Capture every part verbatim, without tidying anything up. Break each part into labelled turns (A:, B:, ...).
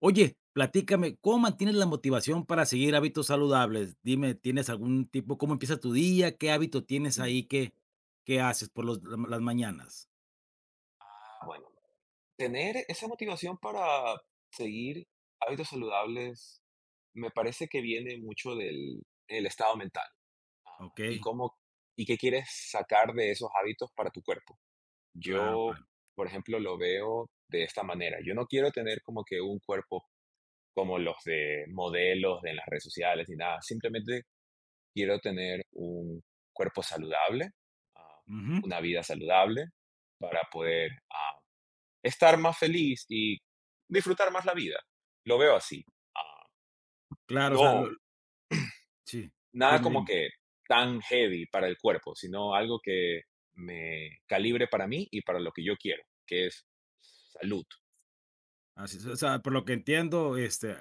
A: Oye, platícame, ¿cómo mantienes la motivación para seguir hábitos saludables? Dime, ¿tienes algún tipo? ¿Cómo empieza tu día? ¿Qué hábito tienes
B: Mm.
A: ahí que que haces por los la las mañanas?
B: Bueno, tener esa motivación para seguir hábitos saludables me parece que viene mucho del el estado mental
A: ¿Ok?
B: y cómo y qué quieres sacar de esos hábitos para tu cuerpo.
A: Claro,
B: Yo,
A: claro.
B: por ejemplo, lo veo de esta manera. Yo no quiero tener como que un cuerpo como los de modelos de en las redes sociales ni nada. Simplemente quiero tener un cuerpo saludable, ah,
A: Ujú.
B: una vida saludable para poder ah, estar más feliz y disfrutar más la vida. Lo veo así. Ah,
A: Claro, o sea,
B: no,
A: lo sí,
B: nada
A: dime,
B: como
A: dime.
B: que tan heavy para el cuerpo, sino algo que me calibre para mí y para lo que yo quiero, que es salud.
A: Así es, o sea, por lo que entiendo, este,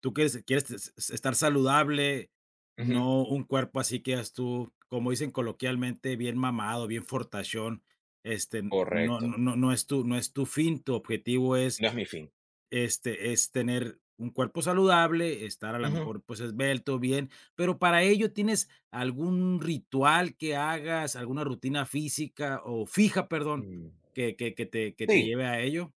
A: tú quieres quieres es es estar saludable,
B: Ujú,
A: no un cuerpo así que digas tú, como dicen coloquialmente, bien mamado, bien fortachón, este, no no
B: correcto.
A: no no es tu no es tu fin, tu objetivo es
B: No es mi fin.
A: este, es tener un cuerpo saludable, estar a lo
B: Ujú.
A: mejor pues esbelto, bien, pero para ello tienes algún ritual que hagas, alguna rutina física o fija, perdón,
B: Mm.
A: que que que te que te
B: Sí,
A: lleve a ello.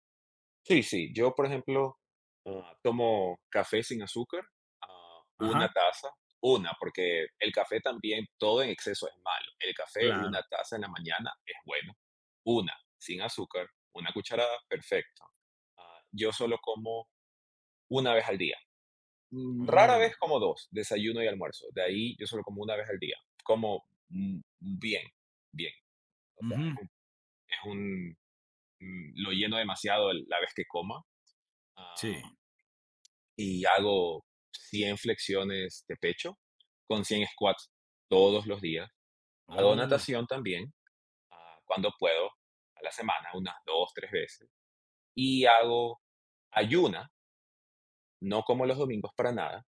B: sí, sí. Yo, por ejemplo, ah, tomo café sin azúcar, ah, una
A: Ajá,
B: taza, una, porque el café también, todo en exceso es malo. El café,
A: claro.
B: una taza en la mañana es bueno. Una, sin azúcar, una cucharada, perfecto. Ah, yo solo como una vez al día. Mm, Rara vez
A: Oh,
B: como dos, desayuno y almuerzo. De ahí yo solo como una vez al día. Como mm, bien, bien. O sea,
A: ujú,
B: es un, es un, mm, lo lleno demasiado el- la vez que coma. ah,
A: sí.
B: y hago cien flexiones de pecho con cien squats todos los días. Hago
A: Oh,
B: natación también, ah, cuando puedo, a la semana, unas dos tres veces. Y hago ayuna, no como los domingos para nada.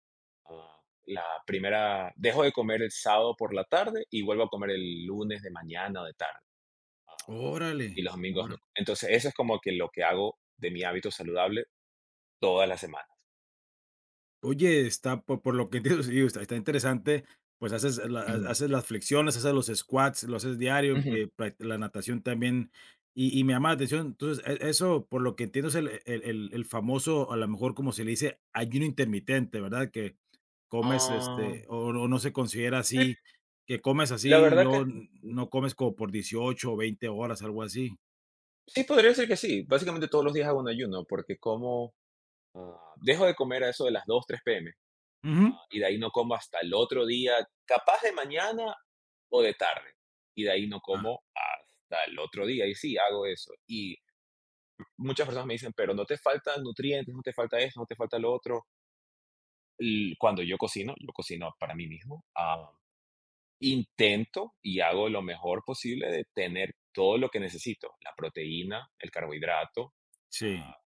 B: ah, La primera, dejo de comer el sábado por la tarde y vuelvo a comer el lunes de mañana o de tarde. ah, y
A: órale.
B: los domingos no. Entonces, eso es como que lo que hago de mi hábito saludable toda la semana.
A: Oye, está po por lo que entiendo, sí, está está interesante, pues, haces la ha
B: Ujú.
A: haces las flexiones, haces los squats, lo haces diario,
B: Ujú.
A: eh, prac la natación también, y y me llama la atención. Entonces, e eso, por lo que entiendo, es el el el el famoso, a lo mejor, como se le dice, ayuno intermitente, ¿verdad? Que comes,
B: Ah,
A: este, o no no se considera
B: Sí,
A: así, que comes
B: la
A: así y
B: verdad
A: luego
B: que
A: n- no comes como por dieciocho o veinte horas, algo así.
B: sí, podría decir que sí. Básicamente todos los días hago un ayuno porque como, ah, dejo de comer a eso de las dos, tres p m,
A: Ujú.
B: ah, y de ahí no como hasta el otro día, capaz de mañana o de tarde, y de ahí no
A: Ah,
B: como hasta el otro día, y sí, hago eso. Y muchas personas me dicen: "Pero no te faltan nutrientes, no te falta esto, no te falta lo otro". L Cuando yo cocino, yo cocino para mí mismo, ah, intento y hago lo mejor posible de tener todo lo que necesito, la proteína, el carbohidrato,
A: sí.
B: ah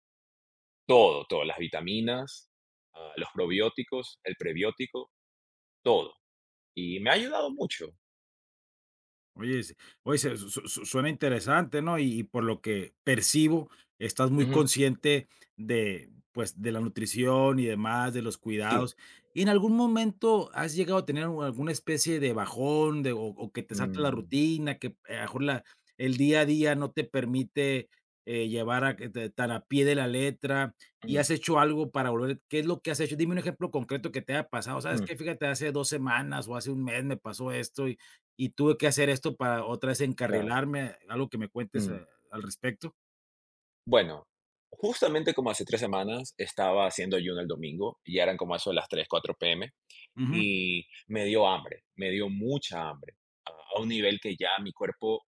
B: todo, todo, las vitaminas, ah, los probióticos, el prebiótico, todo. Y me ha ayudado mucho.
A: Oye, s oye, se su su suena interesante, ¿no? Y y por lo que percibo, estás muy
B: Ujú.
A: consciente de, pues, de la nutrición y demás, de los
B: Sí.
A: cuidados. ¿Y en algún momento has llegado a tener un- alguna especie de bajón de o o que te salta la
B: Mm,
A: rutina, que eh, a lo mejor la el día a día no te permite, eh, llevar a que te tan a pie de la letra, y
B: mm,
A: has hecho algo para volver? ¿Qué es lo que has hecho? Dime un ejemplo concreto que te haya pasado. ¿Sabes
B: mm,
A: qué? Fíjate, hace dos semanas o hace un mes me pasó esto, y y tuve que hacer esto para otra vez
B: claro,
A: encarrilarme, algo que me cuentes,
B: mm.
A: eh, al respecto.
B: Bueno, justamente como hace tres semanas estaba haciendo ayuno el domingo, y eran como a eso de las tres, cuatro p m,
A: Ujú,
B: y me dio hambre, me dio mucha hambre, a a un nivel que ya mi cuerpo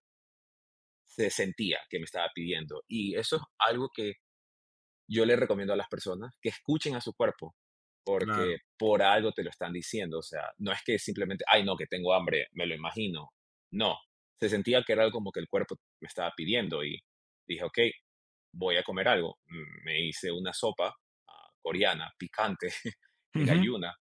B: se sentía que me estaba pidiendo. Y eso es algo que yo le recomiendo a las personas que escuchen a su cuerpo, porque
A: claro.
B: por algo te lo están diciendo. O sea, no es que simplemente, ay, no, que tengo hambre, me lo imagino. No, se sentía que era algo como que el cuerpo me estaba pidiendo y dije, ok, voy a comer algo. Mm, Me hice una sopa ah, coreana, picante, en
A: Ujú,
B: ayuna,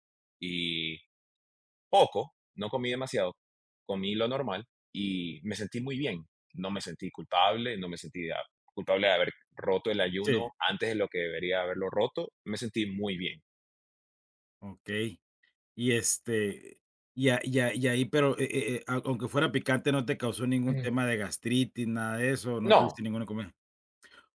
B: poco, no comí demasiado, comí lo normal y me sentí muy bien. No me sentí culpable, no me sentí de- culpable de haber roto el
A: sí,
B: ayuno antes de lo que debería haberlo roto. Me sentí muy bien.
A: okey. Y, este, y a y a y ahí, pero, eh eh eh, au aunque fuera picante, ¿no te causó ningún
B: Ujú.
A: tema de gastritis, nada de eso, no
B: No,
A: tuviste ninguna comida?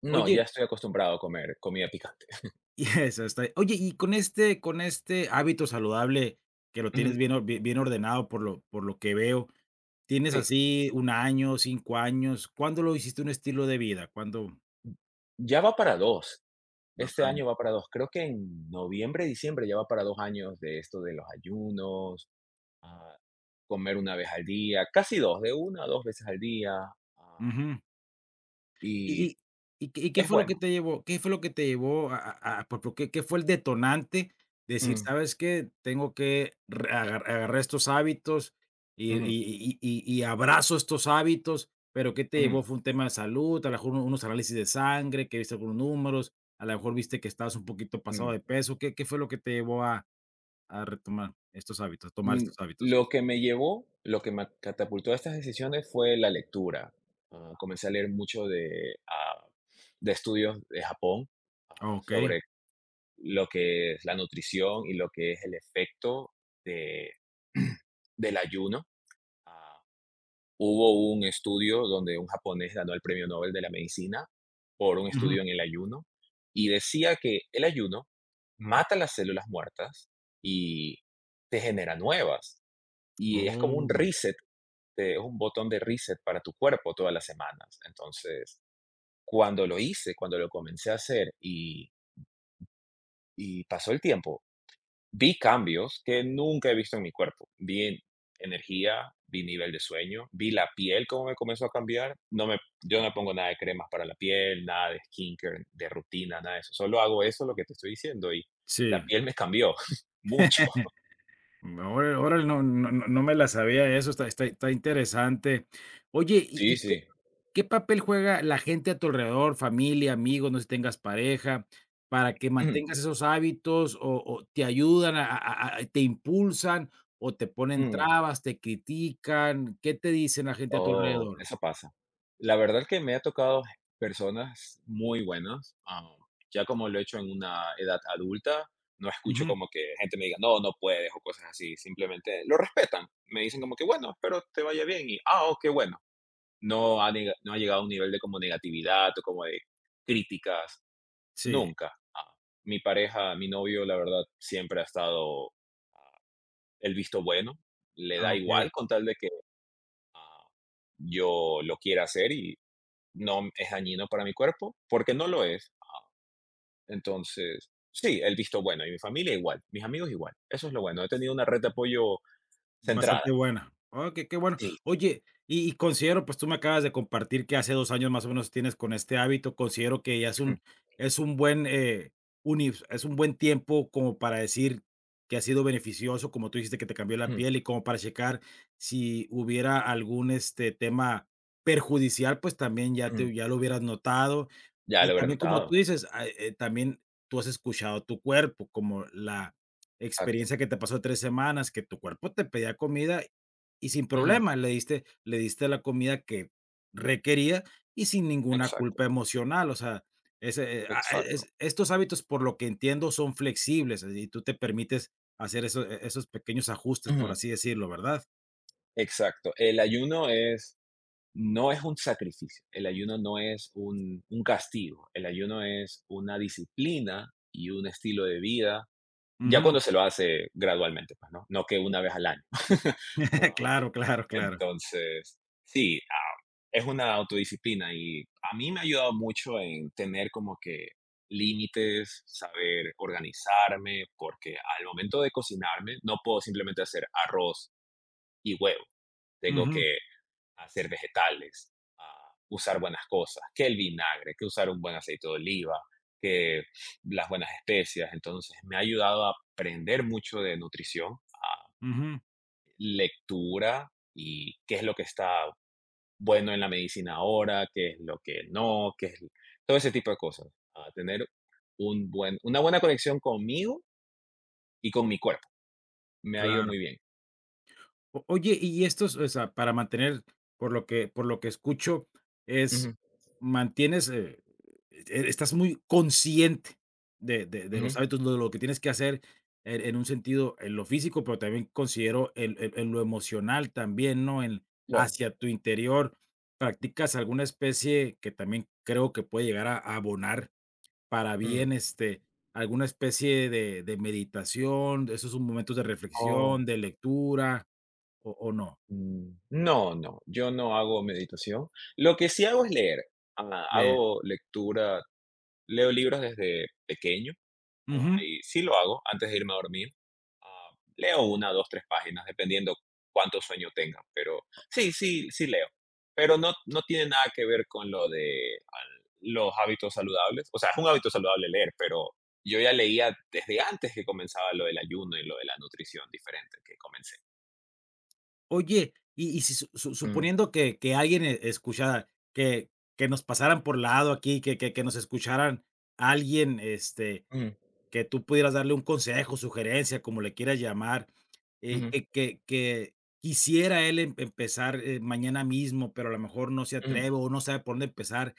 B: no, ya
A: Oye,
B: estoy acostumbrado a comer comida picante.
A: y eso está oye, y con este con este hábito saludable que lo
B: Ujú,
A: tienes bien o bien bien ordenado, por lo por lo que veo, ¿tienes
B: sí,
A: así un año, cinco años? ¿Cuándo lo hiciste un estilo de vida? ¿Cuándo?
B: ya va para dos.
A: dos
B: Este
A: años.
B: año va para dos. Creo que en noviembre, diciembre ya va para dos años de esto de los ayunos, ah, comer una vez al día, casi dos, de una a dos veces al día. ah,
A: Ujú. ¿Y
B: y
A: y y qué y qué
B: es
A: fue lo que
B: bueno.
A: te llevó qué fue lo que te llevó a a a por por qué qué fue el detonante? Decir:
B: Mm,
A: "¿Sabes qué? Tengo que re agar agarrar estos hábitos y
B: ujú,
A: y y y y abrazo estos hábitos", pero, ¿qué te
B: ujú,
A: llevó? ¿Fue un tema de salud? A lo mejor, un- unos análisis de sangre, que viste algunos números, a lo mejor viste que estabas un poquito pasado
B: mm,
A: de peso, ¿qué qué fue lo que te llevó a a retomar estos hábitos, tomar
B: mm.
A: estos hábitos?
B: Lo que me llevó, lo que me catapultó a estas decisiones fue la lectura. Ah, comencé a leer mucho de, ah, de estudios de Japón
A: Ah,
B: ah,
A: okey.
B: sobre lo que es la nutrición y lo que es el efecto de, del ayuno. ah, Hubo un estudio donde un japonés ganó el premio Nobel de la medicina por un
A: Ujú.
B: estudio en el ayuno y decía que el ayuno mata las células muertas y te genera nuevas. Y es como un
A: Oh,
B: reset, te- es un botón de reset para tu cuerpo todas las semanas. Entonces, cuando lo hice, cuando lo comencé a hacer y, y pasó el tiempo, vi cambios que nunca he visto en mi cuerpo. Vi en energía, vi nivel de sueño, vi la piel cómo me comenzó a cambiar. No me Yo
A: oh,
B: no pongo nada de cremas para la piel, nada de skincare, de rutina, nada de eso. Solo hago eso, lo que te estoy diciendo, y la
A: sí.
B: piel me cambió mucho.
A: Órale, órale, no no no no me la sabía eso, está está está interesante. Oye, ¿y
B: Sí,
A: y qué
B: sí.
A: qué papel juega la gente a tu alrededor, familia, amigos, no sé si tengas pareja, para que mantengas esos hábitos o o te ayudan a a a te impulsan o te ponen trabas, te critican? ¿Qué te dicen la gente a tu
B: Oh,
A: alrededor?
B: eso pasa. La verdad que me ha tocado personas muy buenas, ah, ya como lo he hecho en una edad adulta, no escucho
A: Ujú,
B: como que gente me diga: "No, no puedes", o cosas así, simplemente lo respetan. Me dicen como que: "Bueno, espero te vaya bien", y, "Ah, oh, qué bueno". No ha nega no ha llegado a un nivel de como negatividad o como de críticas,
A: sí,
B: nunca. Ah, mi pareja, mi novio, la verdad, siempre ha estado, ah, el visto bueno, le
A: ah,
B: da
A: okey.
B: igual con tal de que ah, yo lo quiera hacer y no es dañino para mi cuerpo, porque no lo es. Ah, Entonces, sí, el visto bueno. Y mi familia igual, mis amigos igual. Eso es lo bueno. He tenido una red de apoyo centrada.
A: Bastante buena. Oh, qué qué bueno.
B: Sí.
A: Oye, y y considero, pues, tú me acabas de compartir que hace dos años, más o menos, tienes con este hábito. Considero que ya es
B: Ujú,
A: un es un buen, eh, unif es un buen tiempo como para decir que ha sido beneficioso, como tú dijiste que te cambió la
B: ujú,
A: piel, y como para checar si hubiera algún, este, tema perjudicial, pues, también ya
B: ujú.
A: te ya lo hubieras notado.
B: Ya
A: Y
B: lo habré
A: también, como tú
B: notado.
A: dices, ah, eh, también tú has escuchado tu cuerpo, como la
B: Exacto.
A: experiencia que te pasó tres semanas, que tu cuerpo te pedía comida y sin
B: Ujú,
A: problema le diste le diste la comida que requería y sin ninguna culpa
B: exacto.
A: emocional, o sea, ese, eh, ah,
B: Exacto.
A: es estos hábitos, por lo que entiendo, son flexibles, eh, y tú te permites hacer eso e esos pequeños ajustes,
B: Ujú,
A: por así decirlo, ¿verdad?
B: exacto. El ayuno es, no es un sacrificio. El ayuno no es un, un castigo. El ayuno es una disciplina y un estilo de vida. Ya
A: Ujú.
B: cuando se lo hace gradualmente, pues, ¿no? No que una vez al año. Ah,
A: Claro, claro, claro.
B: entonces, sí, ah, es una autodisciplina y a mí me ha ayudado mucho en tener como que límites, saber organizarme, porque al momento de cocinarme no puedo simplemente hacer arroz y huevo. Tengo
A: Ujú,
B: que a ser vegetales, a usar buenas cosas, que el vinagre, que usar un buen aceite de oliva, que las buenas especias. Entonces me ha ayudado a aprender mucho de nutrición, a
A: ujú.
B: lectura y qué es lo que está bueno en la medicina ahora, qué es lo que no, qué es todo ese tipo de cosas. A tener un buen, una buena conexión conmigo y con mi cuerpo. Me ha ido
A: Claro.
B: muy bien.
A: O oye, y estos, o sea, para mantener, por lo que por lo que escucho, es
B: Ujú,
A: mantienes, eh, e estás muy consciente de de de los
B: ujú.
A: hábitos, de lo que tienes que hacer en en un sentido, en lo físico, pero también considero en en en lo emocional también, ¿no? En
B: Claro.
A: hacia tu interior, ¿practicas alguna especie que también creo que puede llegar a a abonar para bien, este, alguna especie de de meditación, esos son momentos de
B: Mm.
A: reflexión, de lectura? ¿O o no?
B: Mm, no, no, yo no hago meditación. Lo que sí hago es leer. Ah,
A: Eh,
B: hago lectura, leo libros desde pequeño, ah,
A: ujú.
B: y sí lo hago antes de irme a dormir. Ah, leo una, dos, tres páginas, dependiendo cuánto sueño tenga, pero sí, sí, sí leo. Pero no, no tiene nada que ver con lo de al- los hábitos saludables. O sea, es un hábito saludable leer, pero yo ya leía desde antes que comenzaba lo del ayuno y lo de la nutrición diferente que comencé.
A: Oye, y y si su su
B: Mm,
A: suponiendo que que alguien e escuchara, que que nos pasaran por lado aquí, que que que nos escucharan alguien, este,
B: mm,
A: que tú pudieras darle un consejo, sugerencia, como le quieras llamar, eh,
B: ujú,
A: que que que quisiera él em empezar, eh, mañana mismo, pero a lo mejor no se
B: ujú.
A: atreve o no sabe por dónde empezar,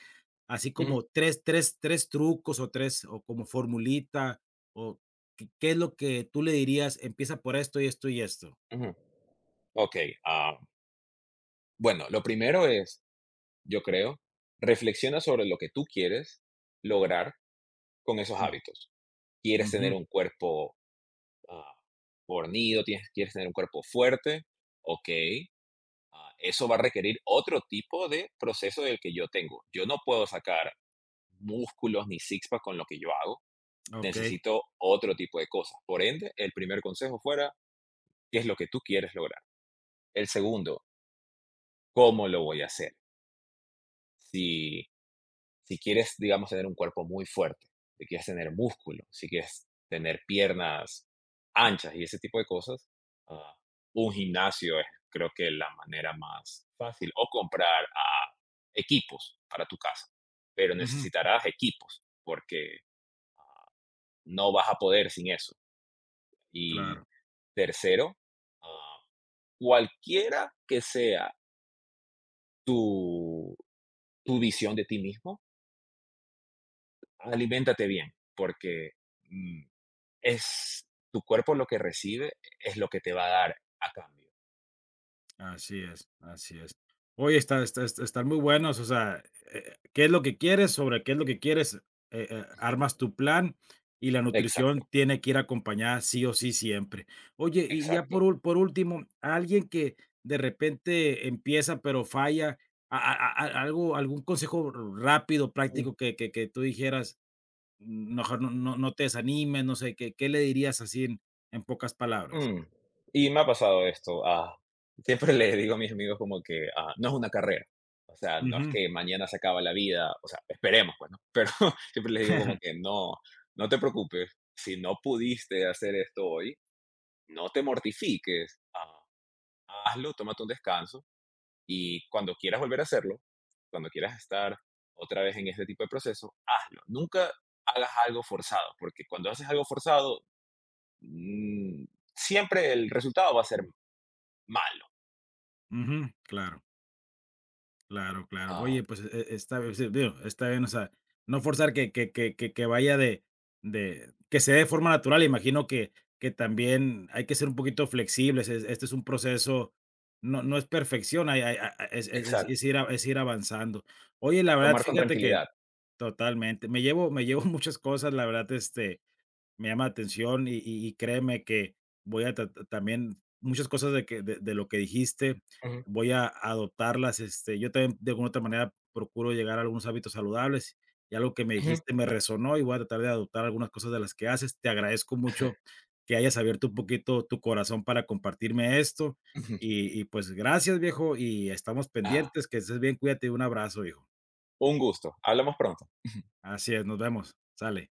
A: así
B: Ujú,
A: como tres tres tres trucos o tres o como formulita, o ¿qué qué es lo que tú le dirías? Empieza por esto y esto y esto.
B: ujú. Ok, ah, bueno, lo primero es, yo creo, reflexiona sobre lo que tú quieres lograr con esos
A: Mm,
B: hábitos. ¿Quieres
A: ujú,
B: tener un cuerpo ah, fornido? ¿Tienes- ¿Quieres tener un cuerpo fuerte? Ok, ah, eso va a requerir otro tipo de proceso del que yo tengo. Yo no puedo sacar músculos ni six-pack con lo que yo hago.
A: okey,
B: Necesito otro tipo de cosas. Por ende, el primer consejo fuera, ¿qué es lo que tú quieres lograr? El segundo, ¿cómo lo voy a hacer? Si si quieres, digamos, tener un cuerpo muy fuerte, si quieres tener músculo, si quieres tener piernas anchas y ese tipo de cosas, ah, un gimnasio es creo que la manera más fácil. O comprar ah, equipos para tu casa, pero
A: ujú,
B: necesitarás equipos porque no vas a poder sin eso. Y
A: claro.
B: tercero, ah, cualquiera que sea tu, tu visión de ti mismo, aliméntate bien porque mm, es tu cuerpo lo que recibe es lo que te va a dar a cambio.
A: Así es, así es. Oye, está está est están muy buenos, o sea, eh, ¿qué es lo que quieres? Sobre qué es lo que quieres, eh eh, armas tu plan y la
B: Exacto,
A: nutrición tiene que ir acompañada sí o sí siempre. Oye, y ya por
B: exacto.
A: ul por último, alguien que de repente empieza, pero falla, a a a a- algo algún consejo rápido,
B: Mm,
A: práctico que que que tú dijeras, "Mm, mejor no no no te desanimes, no sé, ¿qué qué le dirías así en en pocas palabras?
B: mm. Y me ha pasado esto, ah, siempre le digo a mis amigos como que, ah, no es una carrera, o sea, no es
A: Ujú.
B: que mañana se acaba la vida, o sea, esperemos, bueno. Pero siempre les digo como que no, no te preocupes, si no pudiste hacer esto hoy, no te mortifiques, ah, hazlo, tómate un descanso. Y cuando quieras volver a hacerlo, cuando quieras estar otra vez en este tipo de proceso, hazlo. Nunca hagas algo forzado, porque cuando haces algo forzado, mm, siempre el resultado va a ser malo.
A: Ujú, claro. Claro, claro.
B: Ah,
A: Oye, pues, e e está bien, sí, digo, está bien, o sea, no forzar que que que que que vaya de de que se dé de forma natural. Imagino que que también hay que ser un poquito flexibles. Es este es un proceso, no no es perfección, hay hay a es es es
B: exacto.
A: es ir a- es ir avanzando. Oye, la verdad,
B: Tomar con
A: fíjate que
B: tranquilidad.
A: totalmente, me llevo me llevo muchas cosas, la verdad, este, me llama la atención y y y créeme que voy a ta también muchas cosas de que de de lo que dijiste,
B: Ujú,
A: voy a adoptarlas, este, yo también de alguna otra manera procuro llegar a algunos hábitos saludables, y algo que me
B: ujú,
A: dijiste me resonó y voy a tratar de adoptar algunas cosas de las que haces. Te agradezco mucho que hayas abierto un poquito tu corazón para compartirme esto,
B: ujú.
A: y y pues gracias, viejo, y estamos
B: Ah,
A: pendientes, que estés bien, cuídate, un abrazo, viejo.
B: un gusto. Hablamos pronto.
A: Así es, nos vemos, sale.